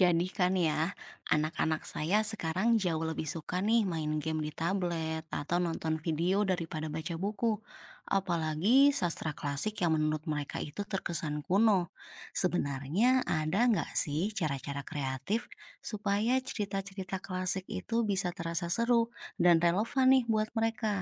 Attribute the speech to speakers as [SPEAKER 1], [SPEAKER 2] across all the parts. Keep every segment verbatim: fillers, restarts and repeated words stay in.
[SPEAKER 1] Jadi kan ya, anak-anak saya sekarang jauh lebih suka nih main game di tablet atau nonton video daripada baca buku. Apalagi sastra klasik yang menurut mereka itu terkesan kuno. Sebenarnya ada nggak sih cara-cara kreatif supaya cerita-cerita klasik itu bisa terasa seru dan relevan nih buat mereka?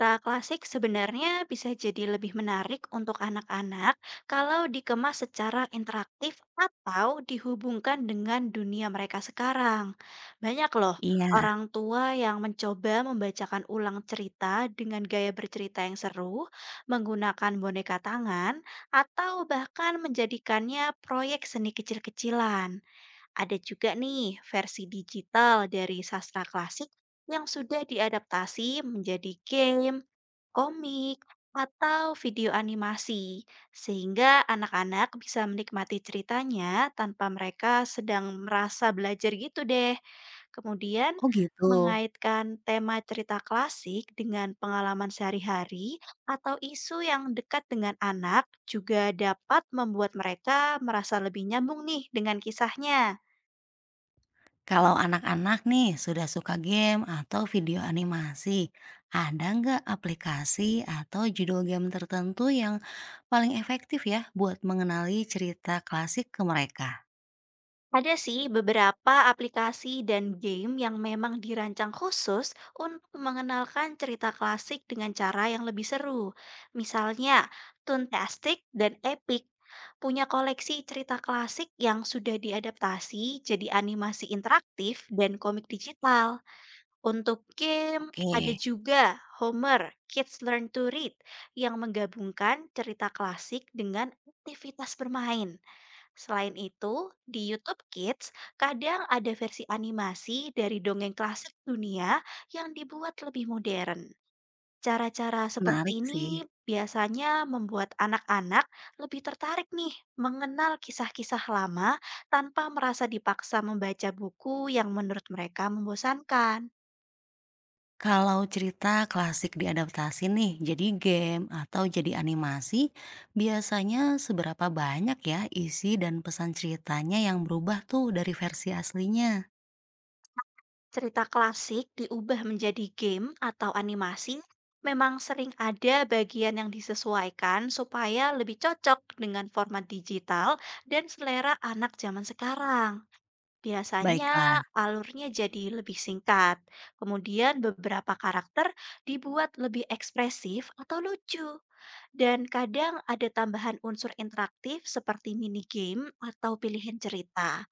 [SPEAKER 2] Cerita klasik sebenarnya bisa jadi lebih menarik untuk anak-anak kalau dikemas secara interaktif atau dihubungkan dengan dunia mereka sekarang. Banyak loh
[SPEAKER 1] Iya,
[SPEAKER 2] orang tua yang mencoba membacakan ulang cerita dengan gaya bercerita yang seru, menggunakan boneka tangan, atau bahkan menjadikannya proyek seni kecil-kecilan. Ada juga nih versi digital dari sastra klasik yang sudah diadaptasi menjadi game komik, atau video animasi, sehingga anak-anak bisa menikmati ceritanya tanpa mereka sedang merasa belajar gitu deh. Kemudian,
[SPEAKER 1] oh gitu.
[SPEAKER 2] mengaitkan tema cerita klasik dengan pengalaman sehari-hari atau isu yang dekat dengan anak juga dapat membuat mereka merasa lebih nyambung nih dengan kisahnya.
[SPEAKER 1] Kalau anak-anak nih sudah suka game atau video animasi, ada nggak aplikasi atau judul game tertentu yang paling efektif ya buat mengenali cerita klasik ke mereka?
[SPEAKER 2] Ada sih beberapa aplikasi dan game yang memang dirancang khusus untuk mengenalkan cerita klasik dengan cara yang lebih seru. Misalnya, Toontastic dan Epic punya koleksi cerita klasik yang sudah diadaptasi jadi animasi interaktif dan komik digital. Untuk game,
[SPEAKER 1] Oke,
[SPEAKER 2] ada juga Homer, Kids Learn to Read yang menggabungkan cerita klasik dengan aktivitas bermain. Selain itu, di YouTube Kids kadang ada versi animasi dari dongeng klasik dunia yang dibuat lebih modern. Cara-cara
[SPEAKER 1] menarik
[SPEAKER 2] seperti ini
[SPEAKER 1] sih.
[SPEAKER 2] biasanya membuat anak-anak lebih tertarik nih mengenal kisah-kisah lama tanpa merasa dipaksa membaca buku yang menurut mereka membosankan.
[SPEAKER 1] Kalau cerita klasik diadaptasi nih jadi game atau jadi animasi, biasanya seberapa banyak ya isi dan pesan ceritanya yang berubah tuh dari versi aslinya?
[SPEAKER 2] Cerita klasik diubah menjadi game atau animasi memang sering ada bagian yang disesuaikan supaya lebih cocok dengan format digital dan selera anak zaman sekarang.
[SPEAKER 1] Baiklah,
[SPEAKER 2] Biasanya alurnya jadi lebih singkat. Kemudian beberapa karakter dibuat lebih ekspresif atau lucu. Dan kadang ada tambahan unsur interaktif seperti mini game atau pilihan cerita.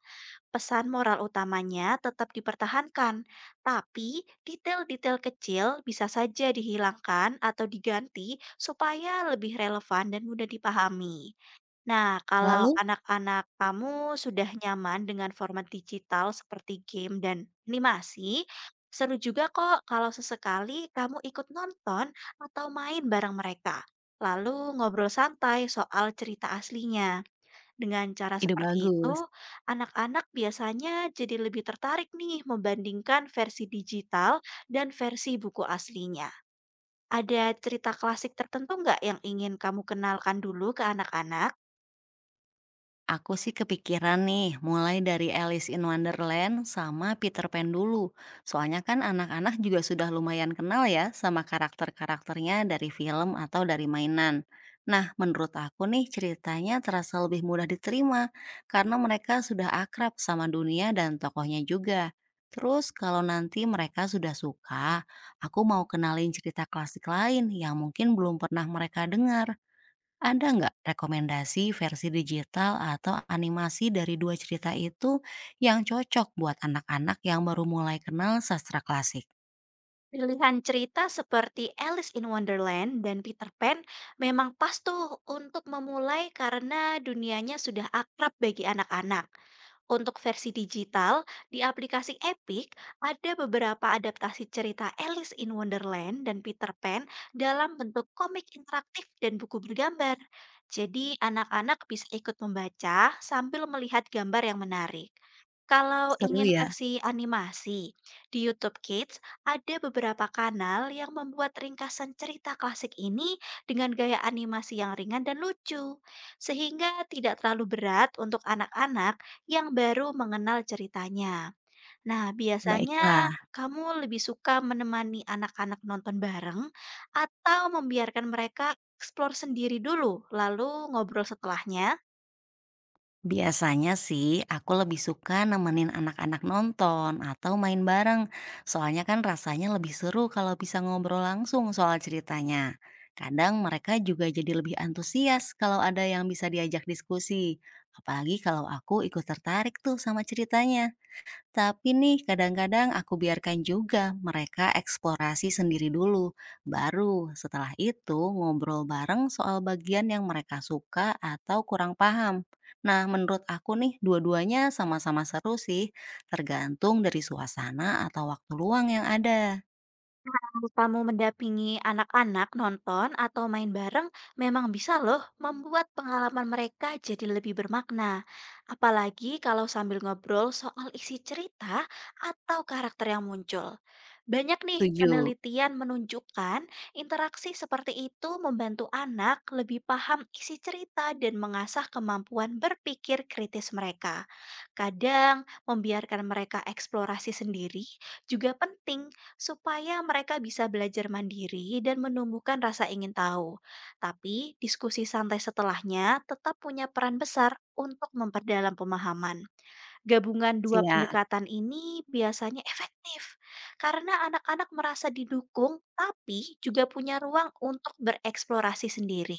[SPEAKER 2] Pesan moral utamanya tetap dipertahankan, tapi detail-detail kecil bisa saja dihilangkan atau diganti supaya lebih relevan dan mudah dipahami. Nah, kalau
[SPEAKER 1] lalu
[SPEAKER 2] anak-anak kamu sudah nyaman dengan format digital seperti game dan animasi, seru juga kok kalau sesekali kamu ikut nonton atau main bareng mereka. Lalu ngobrol santai soal cerita aslinya. Dengan cara
[SPEAKER 1] ide
[SPEAKER 2] seperti itu,
[SPEAKER 1] bagus.
[SPEAKER 2] anak-anak biasanya jadi lebih tertarik nih membandingkan versi digital dan versi buku aslinya. Ada cerita klasik tertentu nggak yang ingin kamu kenalkan dulu ke anak-anak?
[SPEAKER 1] Aku sih kepikiran nih, mulai dari Alice in Wonderland sama Peter Pan dulu. Soalnya kan anak-anak juga sudah lumayan kenal ya sama karakter-karakternya dari film atau dari mainan. Nah, menurut aku nih ceritanya terasa lebih mudah diterima karena mereka sudah akrab sama dunia dan tokohnya juga. Terus kalau nanti mereka sudah suka, aku mau kenalin cerita klasik lain yang mungkin belum pernah mereka dengar. Ada nggak rekomendasi versi digital atau animasi dari dua cerita itu yang cocok buat anak-anak yang baru mulai kenal sastra klasik?
[SPEAKER 2] Pilihan cerita seperti Alice in Wonderland dan Peter Pan memang pas tuh untuk memulai karena dunianya sudah akrab bagi anak-anak. Untuk versi digital, di aplikasi Epic ada beberapa adaptasi cerita Alice in Wonderland dan Peter Pan dalam bentuk komik interaktif dan buku bergambar. Jadi, anak-anak bisa ikut membaca sambil melihat gambar yang menarik. Kalau
[SPEAKER 1] Seru
[SPEAKER 2] ingin
[SPEAKER 1] ya?
[SPEAKER 2] versi animasi, di YouTube Kids ada beberapa kanal yang membuat ringkasan cerita klasik ini dengan gaya animasi yang ringan dan lucu, sehingga tidak terlalu berat untuk anak-anak yang baru mengenal ceritanya. Nah,
[SPEAKER 1] Baiklah,
[SPEAKER 2] biasanya kamu lebih suka menemani anak-anak nonton bareng atau membiarkan mereka eksplor sendiri dulu, lalu ngobrol setelahnya?
[SPEAKER 1] biasanya sih aku lebih suka nemenin anak-anak nonton atau main bareng. Soalnya kan rasanya lebih seru kalau bisa ngobrol langsung soal ceritanya. Kadang mereka juga jadi lebih antusias kalau ada yang bisa diajak diskusi. Apalagi kalau aku ikut tertarik tuh sama ceritanya. Tapi nih kadang-kadang aku biarkan juga mereka eksplorasi sendiri dulu, baru setelah itu ngobrol bareng soal bagian yang mereka suka atau kurang paham. Nah, menurut aku nih dua-duanya sama-sama seru sih, tergantung dari suasana atau waktu luang yang ada.
[SPEAKER 2] Kalau kamu mendampingi anak-anak nonton atau main bareng, memang bisa loh membuat pengalaman mereka jadi lebih bermakna. Apalagi kalau sambil ngobrol soal isi cerita atau karakter yang muncul. Banyak nih
[SPEAKER 1] Setuju?
[SPEAKER 2] penelitian menunjukkan interaksi seperti itu membantu anak lebih paham isi cerita dan mengasah kemampuan berpikir kritis mereka. Kadang membiarkan mereka eksplorasi sendiri juga penting supaya mereka bisa belajar mandiri dan menumbuhkan rasa ingin tahu. Tapi, diskusi santai setelahnya tetap punya peran besar untuk memperdalam pemahaman. Gabungan dua
[SPEAKER 1] Siap.
[SPEAKER 2] pendekatan ini biasanya efektif karena anak-anak merasa didukung, tapi juga punya ruang untuk bereksplorasi sendiri.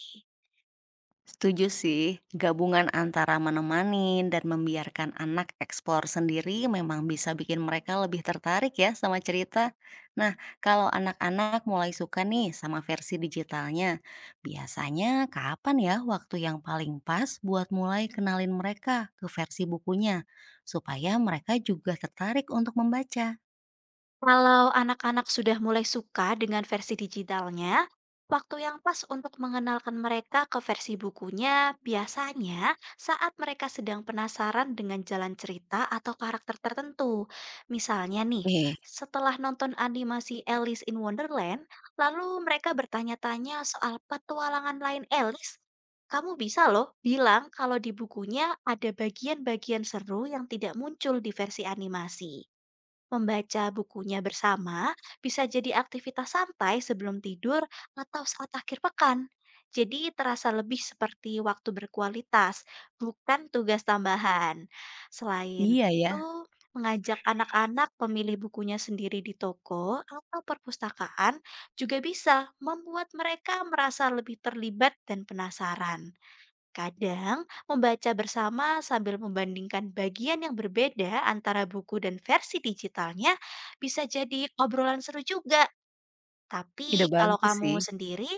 [SPEAKER 1] Setuju sih, gabungan antara menemani dan membiarkan anak eksplor sendiri memang bisa bikin mereka lebih tertarik ya sama cerita. Nah, kalau anak-anak mulai suka nih sama versi digitalnya, biasanya kapan ya waktu yang paling pas buat mulai kenalin mereka ke versi bukunya, supaya mereka juga tertarik untuk membaca?
[SPEAKER 2] Kalau anak-anak sudah mulai suka dengan versi digitalnya, waktu yang pas untuk mengenalkan mereka ke versi bukunya biasanya saat mereka sedang penasaran dengan jalan cerita atau karakter tertentu. Misalnya nih,
[SPEAKER 1] Eh,
[SPEAKER 2] setelah nonton animasi Alice in Wonderland, lalu mereka bertanya-tanya soal petualangan lain Alice. Kamu bisa loh bilang kalau di bukunya ada bagian-bagian seru yang tidak muncul di versi animasi. Membaca bukunya bersama bisa jadi aktivitas santai sebelum tidur atau saat akhir pekan. Jadi terasa lebih seperti waktu berkualitas, bukan tugas tambahan. Selain
[SPEAKER 1] iya ya, iya ya,
[SPEAKER 2] itu, mengajak anak-anak memilih bukunya sendiri di toko atau perpustakaan juga bisa membuat mereka merasa lebih terlibat dan penasaran. Kadang, membaca bersama sambil membandingkan bagian yang berbeda antara buku dan versi digitalnya bisa jadi obrolan seru juga.
[SPEAKER 1] ide
[SPEAKER 2] Tapi kalau
[SPEAKER 1] bagus
[SPEAKER 2] kamu
[SPEAKER 1] sih.
[SPEAKER 2] sendiri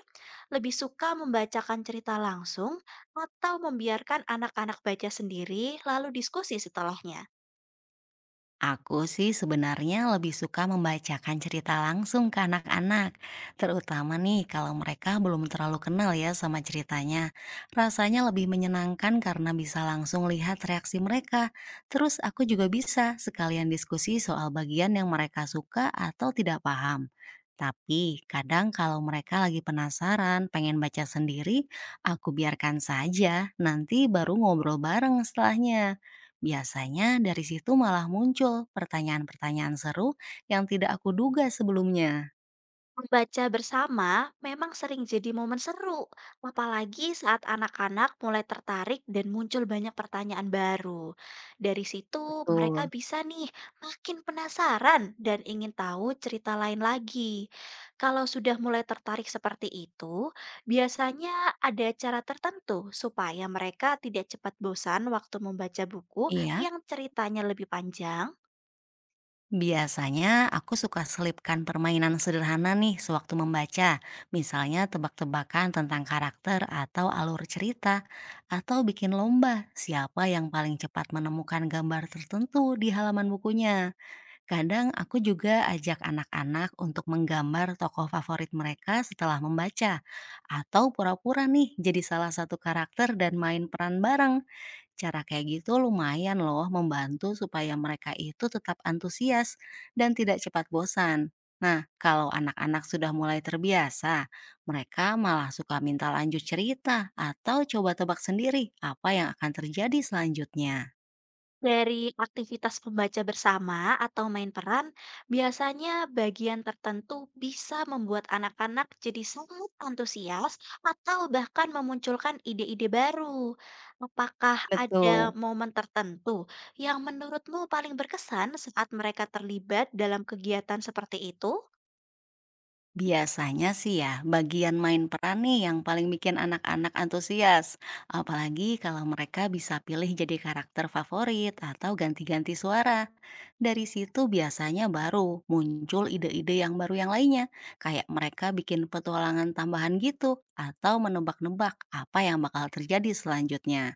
[SPEAKER 2] lebih suka membacakan cerita langsung atau membiarkan anak-anak baca sendiri lalu diskusi setelahnya?
[SPEAKER 1] Aku sih sebenarnya lebih suka membacakan cerita langsung ke anak-anak, terutama nih kalau mereka belum terlalu kenal ya sama ceritanya. Rasanya lebih menyenangkan karena bisa langsung lihat reaksi mereka. Terus aku juga bisa sekalian diskusi soal bagian yang mereka suka atau tidak paham. Tapi kadang kalau mereka lagi penasaran, pengen baca sendiri, aku biarkan saja, nanti baru ngobrol bareng setelahnya. Biasanya dari situ malah muncul pertanyaan-pertanyaan seru yang tidak aku duga sebelumnya.
[SPEAKER 2] Membaca bersama memang sering jadi momen seru, apalagi saat anak-anak mulai tertarik dan muncul banyak pertanyaan baru. Dari situ, mereka
[SPEAKER 1] Betul.
[SPEAKER 2] bisa nih makin penasaran dan ingin tahu cerita lain lagi. Kalau sudah mulai tertarik seperti itu, biasanya ada cara tertentu supaya mereka tidak cepat bosan waktu membaca buku
[SPEAKER 1] Iya,
[SPEAKER 2] yang ceritanya lebih panjang.
[SPEAKER 1] biasanya aku suka selipkan permainan sederhana nih sewaktu membaca. Misalnya tebak-tebakan tentang karakter atau alur cerita. Atau bikin lomba siapa yang paling cepat menemukan gambar tertentu di halaman bukunya. Kadang aku juga ajak anak-anak untuk menggambar tokoh favorit mereka setelah membaca, atau pura-pura nih jadi salah satu karakter dan main peran bareng. Cara kayak gitu lumayan loh membantu supaya mereka itu tetap antusias dan tidak cepat bosan. Nah, kalau anak-anak sudah mulai terbiasa, mereka malah suka minta lanjut cerita atau coba tebak sendiri apa yang akan terjadi selanjutnya.
[SPEAKER 2] Dari aktivitas membaca bersama atau main peran, biasanya bagian tertentu bisa membuat anak-anak jadi sangat antusias atau bahkan memunculkan ide-ide baru. Apakah ada
[SPEAKER 1] Betul.
[SPEAKER 2] momen tertentu yang menurutmu paling berkesan saat mereka terlibat dalam kegiatan seperti itu?
[SPEAKER 1] Biasanya sih ya, bagian main peran nih yang paling bikin anak-anak antusias. Apalagi kalau mereka bisa pilih jadi karakter favorit atau ganti-ganti suara. Dari situ biasanya baru muncul ide-ide yang baru yang lainnya. Kayak mereka bikin petualangan tambahan gitu atau menebak-nebak apa yang bakal terjadi selanjutnya.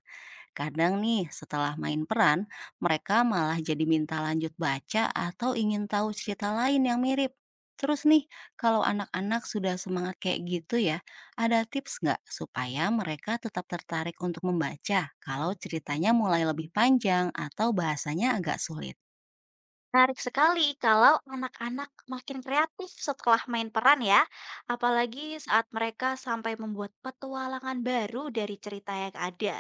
[SPEAKER 1] Kadang nih, setelah main peran, mereka malah jadi minta lanjut baca atau ingin tahu cerita lain yang mirip. Terus nih, kalau anak-anak sudah semangat kayak gitu ya, ada tips nggak supaya mereka tetap tertarik untuk membaca kalau ceritanya mulai lebih panjang atau bahasanya agak sulit?
[SPEAKER 2] Menarik sekali kalau anak-anak makin kreatif setelah main peran ya, apalagi saat mereka sampai membuat petualangan baru dari cerita yang ada.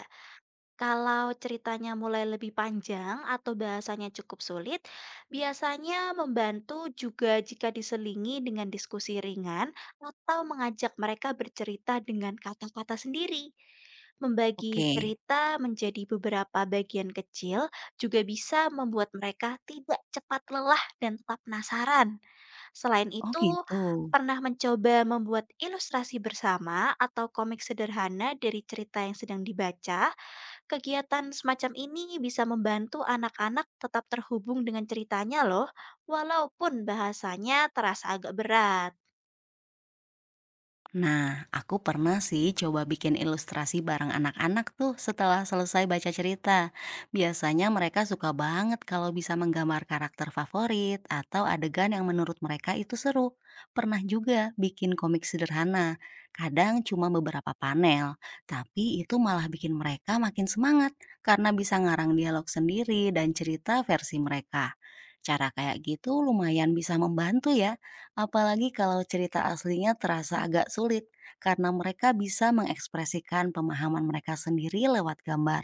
[SPEAKER 2] Kalau ceritanya mulai lebih panjang atau bahasanya cukup sulit, biasanya membantu juga jika diselingi dengan diskusi ringan atau mengajak mereka bercerita dengan kata-kata sendiri.
[SPEAKER 1] Oke,
[SPEAKER 2] Membagi cerita menjadi beberapa bagian kecil juga bisa membuat mereka tidak cepat lelah dan tetap penasaran. Selain
[SPEAKER 1] oh
[SPEAKER 2] itu,
[SPEAKER 1] gitu.
[SPEAKER 2] pernah mencoba membuat ilustrasi bersama atau komik sederhana dari cerita yang sedang dibaca? Kegiatan semacam ini bisa membantu anak-anak tetap terhubung dengan ceritanya loh, walaupun bahasanya terasa agak berat.
[SPEAKER 1] Nah, aku pernah sih coba bikin ilustrasi bareng anak-anak tuh setelah selesai baca cerita. Biasanya mereka suka banget kalau bisa menggambar karakter favorit atau adegan yang menurut mereka itu seru. Pernah juga bikin komik sederhana, kadang cuma beberapa panel, tapi itu malah bikin mereka makin semangat karena bisa ngarang dialog sendiri dan cerita versi mereka. Cara kayak gitu lumayan bisa membantu ya. Apalagi kalau cerita aslinya terasa agak sulit, karena mereka bisa mengekspresikan pemahaman mereka sendiri lewat gambar.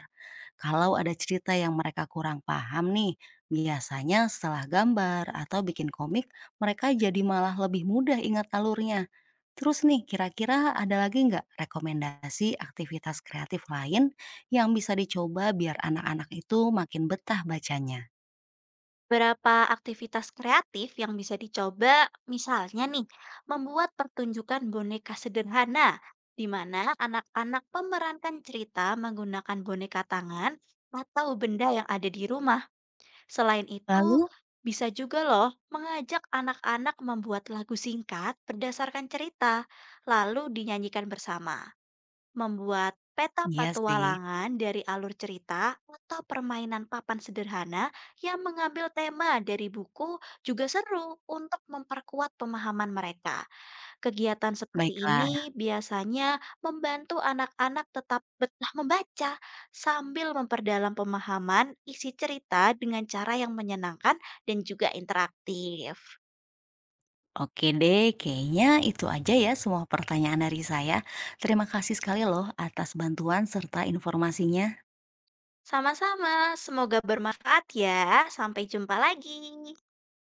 [SPEAKER 1] Kalau ada cerita yang mereka kurang paham nih, biasanya setelah gambar atau bikin komik, mereka jadi malah lebih mudah ingat alurnya. Terus nih, kira-kira ada lagi nggak rekomendasi aktivitas kreatif lain yang bisa dicoba biar anak-anak itu makin betah bacanya?
[SPEAKER 2] Berapa aktivitas kreatif yang bisa dicoba, misalnya nih, membuat pertunjukan boneka sederhana, di mana anak-anak memerankan cerita menggunakan boneka tangan atau benda yang ada di rumah. Selain itu,
[SPEAKER 1] Lalu,
[SPEAKER 2] bisa juga loh mengajak anak-anak membuat lagu singkat berdasarkan cerita, lalu dinyanyikan bersama. Membuat peta
[SPEAKER 1] iya sih,
[SPEAKER 2] petualangan dari alur cerita atau permainan papan sederhana yang mengambil tema dari buku juga seru untuk memperkuat pemahaman mereka. Kegiatan seperti
[SPEAKER 1] baiklah.
[SPEAKER 2] ini biasanya membantu anak-anak tetap betah membaca sambil memperdalam pemahaman isi cerita dengan cara yang menyenangkan dan juga interaktif.
[SPEAKER 1] Oke deh, kayaknya itu aja ya semua pertanyaan dari saya. Terima kasih sekali loh atas bantuan serta informasinya.
[SPEAKER 2] Sama-sama, semoga bermanfaat ya. Sampai jumpa lagi.